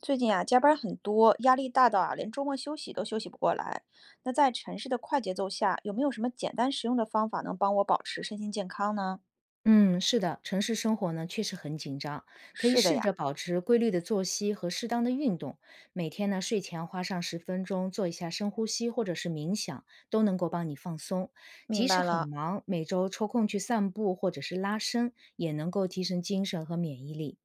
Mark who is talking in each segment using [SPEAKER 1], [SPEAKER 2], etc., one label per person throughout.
[SPEAKER 1] 最近啊，加班很多，压力大到啊，连周末休息都休息不过来。那在城市的快节奏下，有没有什么简单实用的方法能帮我保持身心健康呢？
[SPEAKER 2] 嗯，是的，城市生活呢确实很紧张，可以
[SPEAKER 1] 是的
[SPEAKER 2] 试
[SPEAKER 1] 呀。
[SPEAKER 2] 着保持规律的作息和适当的运动，每天呢睡前花上十分钟做一下深呼吸或者是冥想，都能够帮你放松。
[SPEAKER 1] 明
[SPEAKER 2] 即使
[SPEAKER 1] 白
[SPEAKER 2] 很
[SPEAKER 1] 了，
[SPEAKER 2] 忙，每周抽空去散步或者是拉伸，也能够提升精神和免疫力。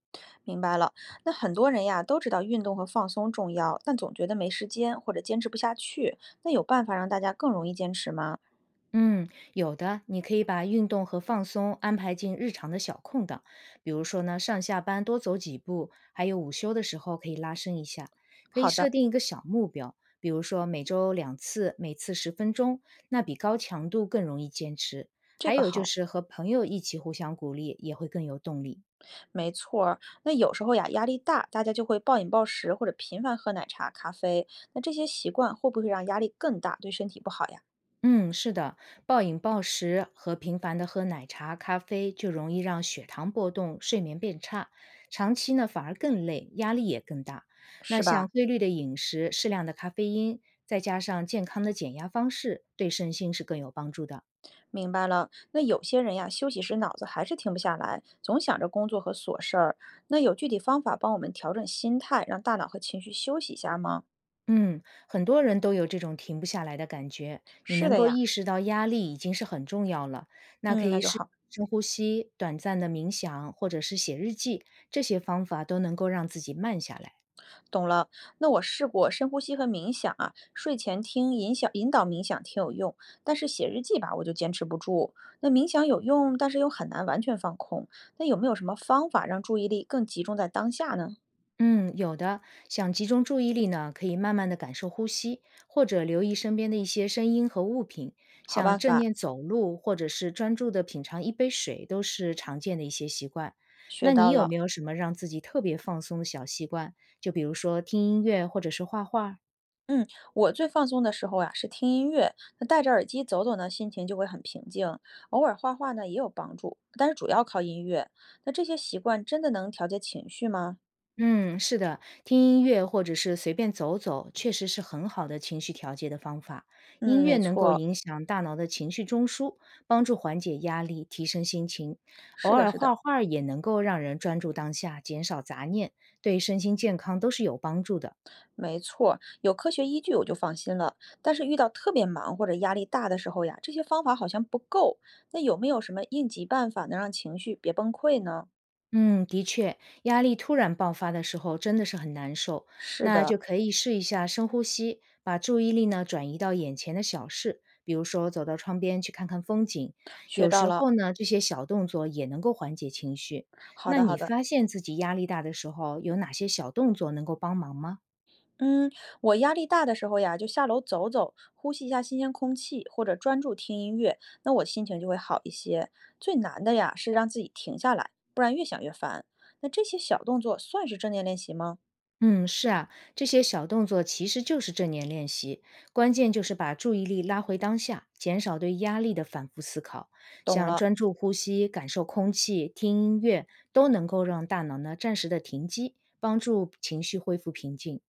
[SPEAKER 1] 明白了。那很多人呀，都知道运动和放松重要，但总觉得没时间或者坚持不下去。那有办法让大家更容易坚持吗？
[SPEAKER 2] 嗯，有的，你可以把运动和放松安排进日常的小空档，比如说呢，上下班多走几步，还有午休的时候可以拉伸一下。可以
[SPEAKER 1] 好
[SPEAKER 2] 设
[SPEAKER 1] 的。
[SPEAKER 2] 定一个小目标，比如说每周2次，每次10分钟，那比高强度更容易坚持。
[SPEAKER 1] 这
[SPEAKER 2] 还
[SPEAKER 1] 个
[SPEAKER 2] 有就
[SPEAKER 1] 好。
[SPEAKER 2] 是和朋友一起互相鼓励，也会更有动力。
[SPEAKER 1] 没错儿。那有时候呀，压力大，大家就会暴饮暴食或者频繁喝奶茶、咖啡。那这些习惯会不会让压力更大，对身体不好呀？
[SPEAKER 2] 嗯，是的，暴饮暴食和频繁的喝奶茶、咖啡，就容易让血糖波动、睡眠变差，长期呢反而更累，压力也更大。那
[SPEAKER 1] 是吧？
[SPEAKER 2] 像规律的饮食、适量的咖啡因，再加上健康的减压方式，对身心是更有帮助的。
[SPEAKER 1] 明白了。那有些人呀，休息时脑子还是停不下来，总想着工作和琐事儿。那有具体方法帮我们调整心态，让大脑和情绪休息一下吗？
[SPEAKER 2] 嗯，很多人都有这种停不下来的感觉，你
[SPEAKER 1] 是
[SPEAKER 2] 能
[SPEAKER 1] 的
[SPEAKER 2] 够
[SPEAKER 1] 呀。
[SPEAKER 2] 意识到压力已经是很重要了。那可
[SPEAKER 1] 嗯，那
[SPEAKER 2] 以
[SPEAKER 1] 就
[SPEAKER 2] 是
[SPEAKER 1] 好。
[SPEAKER 2] 深呼吸、短暂的冥想，或者是写日记，这些方法都能够让自己慢下来。
[SPEAKER 1] 懂了。那我试过深呼吸和冥想啊，睡前听引引导冥想挺有用，但是写日记吧，我就坚持不住。那冥想有用，但是又很难完全放空。那有没有什么方法让注意力更集中在当下呢？
[SPEAKER 2] 嗯，有的。想集中注意力呢，可以慢慢的感受呼吸，或者留意身边的一些声音和物品，
[SPEAKER 1] 好
[SPEAKER 2] 像
[SPEAKER 1] 办
[SPEAKER 2] 正
[SPEAKER 1] 法，
[SPEAKER 2] 念走路，或者是专注的品尝1杯水，都是常见的一些习惯。
[SPEAKER 1] 学
[SPEAKER 2] 那你
[SPEAKER 1] 到
[SPEAKER 2] 有
[SPEAKER 1] 了。
[SPEAKER 2] 没有什么让自己特别放松的小习惯？就比如说听音乐，或者是画画。
[SPEAKER 1] 嗯，我最放松的时候呀，是听音乐。那戴着耳机走走呢，心情就会很平静。偶尔画画呢，也有帮助，但是主要靠音乐。那这些习惯真的能调节情绪吗？
[SPEAKER 2] 嗯，是的，听音乐或者是随便走走，确实是很好的情绪调节的方法。音
[SPEAKER 1] 嗯，没
[SPEAKER 2] 乐能够
[SPEAKER 1] 错。
[SPEAKER 2] 影响大脑的情绪中枢，帮助缓解压力，提升心情。偶
[SPEAKER 1] 是的，
[SPEAKER 2] 尔
[SPEAKER 1] 是的。
[SPEAKER 2] 画画儿也能够让人专注当下，减少杂念，对身心健康都是有帮助的。
[SPEAKER 1] 没错，有科学依据我就放心了。但是遇到特别忙或者压力大的时候呀，这些方法好像不够。那有没有什么应急办法能让情绪别崩溃呢？
[SPEAKER 2] 嗯，的确，压力突然爆发的时候真的是很难受，
[SPEAKER 1] 是
[SPEAKER 2] 那
[SPEAKER 1] 的。
[SPEAKER 2] 就可以试一下深呼吸，把注意力呢转移到眼前的小事，比如说走到窗边去看看风景。
[SPEAKER 1] 学
[SPEAKER 2] 有
[SPEAKER 1] 到
[SPEAKER 2] 时
[SPEAKER 1] 了。
[SPEAKER 2] 候呢，这些小动作也能够缓解情绪。
[SPEAKER 1] 好
[SPEAKER 2] 那
[SPEAKER 1] 的，好
[SPEAKER 2] 你
[SPEAKER 1] 的。
[SPEAKER 2] 发现自己压力大的时候，有哪些小动作能够帮忙吗？
[SPEAKER 1] 嗯，我压力大的时候呀，就下楼走走，呼吸一下新鲜空气，或者专注听音乐，那我心情就会好一些。最难的呀，是让自己停下来，不然越想越烦。那这些小动作算是正念练习吗？
[SPEAKER 2] 嗯，是啊，这些小动作其实就是正念练习，关键就是把注意力拉回当下，减少对压力的反复思考。
[SPEAKER 1] 懂
[SPEAKER 2] 像
[SPEAKER 1] 了，
[SPEAKER 2] 专注呼吸、感受空气、听音乐，都能够让大脑呢暂时的停机，帮助情绪恢复平静。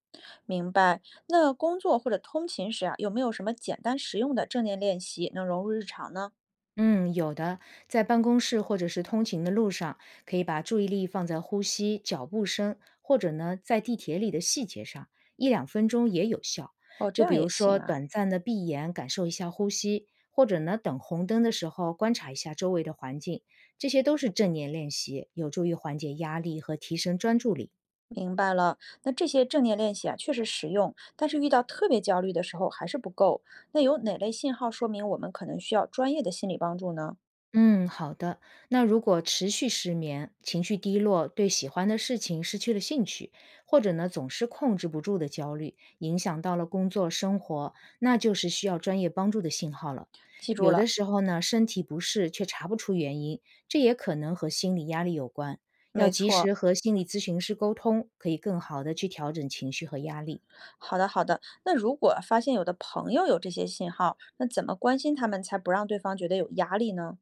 [SPEAKER 1] 明白。那工作或者通勤时啊，有没有什么简单实用的正念练习能融入日常呢？
[SPEAKER 2] 嗯，有的，在办公室或者是通勤的路上，可以把注意力放在呼吸、脚步声，或者呢，在地铁里的细节上，1到2分钟也有效。
[SPEAKER 1] 哦，这
[SPEAKER 2] 就比
[SPEAKER 1] 样
[SPEAKER 2] 如
[SPEAKER 1] 也行
[SPEAKER 2] 说，
[SPEAKER 1] 啊。
[SPEAKER 2] 短暂的闭眼感受一下呼吸，或者呢，等红灯的时候观察一下周围的环境，这些都是正念练习，有助于缓解压力和提升专注力。
[SPEAKER 1] 明白了，那这些正念练习啊，确实实用，但是遇到特别焦虑的时候还是不够。那有哪类信号说明我们可能需要专业的心理帮助呢？
[SPEAKER 2] 嗯，好的。那如果持续失眠、情绪低落，对喜欢的事情失去了兴趣，或者呢总是控制不住的焦虑，影响到了工作生活，那就是需要专业帮助的信号了。
[SPEAKER 1] 记住
[SPEAKER 2] 有
[SPEAKER 1] 了。
[SPEAKER 2] 的时候呢，身体不适却查不出原因，这也可能和心理压力有关。要
[SPEAKER 1] 没
[SPEAKER 2] 及
[SPEAKER 1] 错儿。
[SPEAKER 2] 时和心理咨询师沟通，可以更好的去调整情绪和压力。
[SPEAKER 1] 好的，好的。那如果发现有的朋友有这些信号，那怎么关心他们才不让对方觉得有压力呢？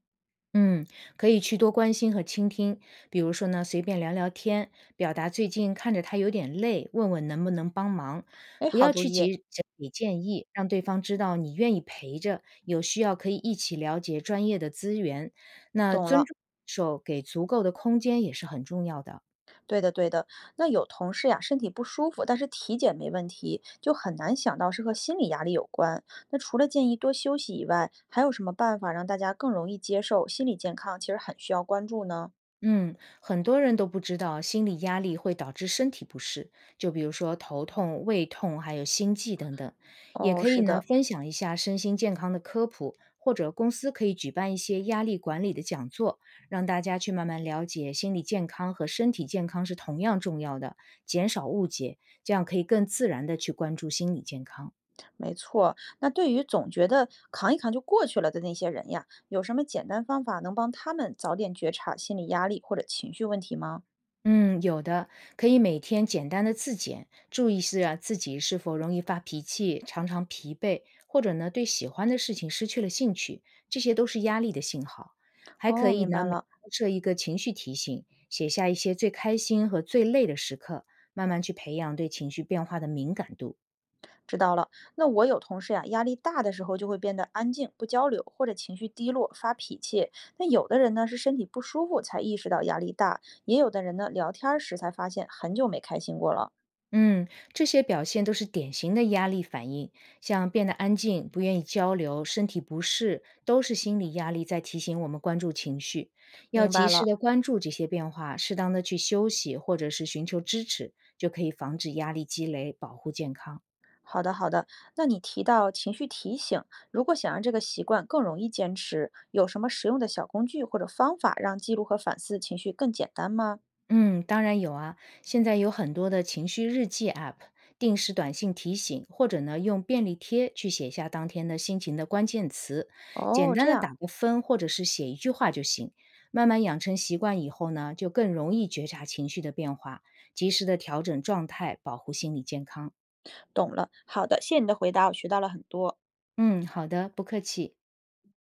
[SPEAKER 2] 嗯，可以去多关心和倾听，比如说呢，随便聊聊天，表达最近看着他有点累，问问能不能帮忙，
[SPEAKER 1] 哎，
[SPEAKER 2] 不
[SPEAKER 1] 好
[SPEAKER 2] 要
[SPEAKER 1] 主
[SPEAKER 2] 去
[SPEAKER 1] 意。
[SPEAKER 2] 急着给建议，让对方知道你愿意陪着，有需要可以一起了解专业的资源。那
[SPEAKER 1] 懂
[SPEAKER 2] 尊
[SPEAKER 1] 了。
[SPEAKER 2] 重感受给足够的空间也是很重要的。
[SPEAKER 1] 对的，对的。那有同事呀，身体不舒服，但是体检没问题，就很难想到是和心理压力有关。那除了建议多休息以外，还有什么办法让大家更容易接受心理健康？其实很需要关注呢。
[SPEAKER 2] 嗯，很多人都不知道心理压力会导致身体不适，就比如说头痛、胃痛，还有心悸等等。也
[SPEAKER 1] 哦，
[SPEAKER 2] 可以
[SPEAKER 1] 是
[SPEAKER 2] 呢，
[SPEAKER 1] 的。
[SPEAKER 2] 分享一下身心健康的科普，或者公司可以举办一些压力管理的讲座，让大家去慢慢了解心理健康和身体健康是同样重要的，减少误解，这样可以更自然的去关注心理健康。
[SPEAKER 1] 没错。那对于总觉得扛一扛就过去了的那些人呀，有什么简单方法能帮他们早点觉察心理压力或者情绪问题吗？
[SPEAKER 2] 嗯，有的，可以每天简单的自检，注意是啊自己是否容易发脾气、常常疲惫，或者呢对喜欢的事情失去了兴趣，这些都是压力的信号。还可
[SPEAKER 1] 哦，
[SPEAKER 2] 以
[SPEAKER 1] 明
[SPEAKER 2] 呢，
[SPEAKER 1] 白
[SPEAKER 2] 每
[SPEAKER 1] 了。
[SPEAKER 2] 天设一个情绪提醒，写下一些最开心和最累的时刻，慢慢去培养对情绪变化的敏感度。
[SPEAKER 1] 知道了。那我有同事呀，压力大的时候就会变得安静、不交流，或者情绪低落、发脾气。那有的人呢是身体不舒服才意识到压力大，也有的人呢聊天儿时才发现很久没开心过了。
[SPEAKER 2] 嗯，这些表现都是典型的压力反应，像变得安静、不愿意交流、身体不适，都是心理压力在提醒我们关注情绪，要
[SPEAKER 1] 明白
[SPEAKER 2] 及时
[SPEAKER 1] 了，
[SPEAKER 2] 的关注这些变化，适当的去休息或者是寻求支持，就可以防止压力积累，保护健康。
[SPEAKER 1] 好的好的。那你提到情绪提醒，如果想让这个习惯更容易坚持，有什么实用的小工具或者方法让记录和反思情绪更简单吗？
[SPEAKER 2] 嗯，当然有啊，现在有很多的情绪日记 App，定时短信提醒，或者呢用便利贴去写下当天的心情的关键词，简
[SPEAKER 1] 哦，
[SPEAKER 2] 单
[SPEAKER 1] 这
[SPEAKER 2] 的
[SPEAKER 1] 样。
[SPEAKER 2] 打个分或者是写一句话就行。慢慢养成习惯以后呢，就更容易觉察情绪的变化，及时的调整状态，保护心理健康。
[SPEAKER 1] 懂了。好的，谢谢你的回答，我学到了很多。
[SPEAKER 2] 嗯，好的，不客气。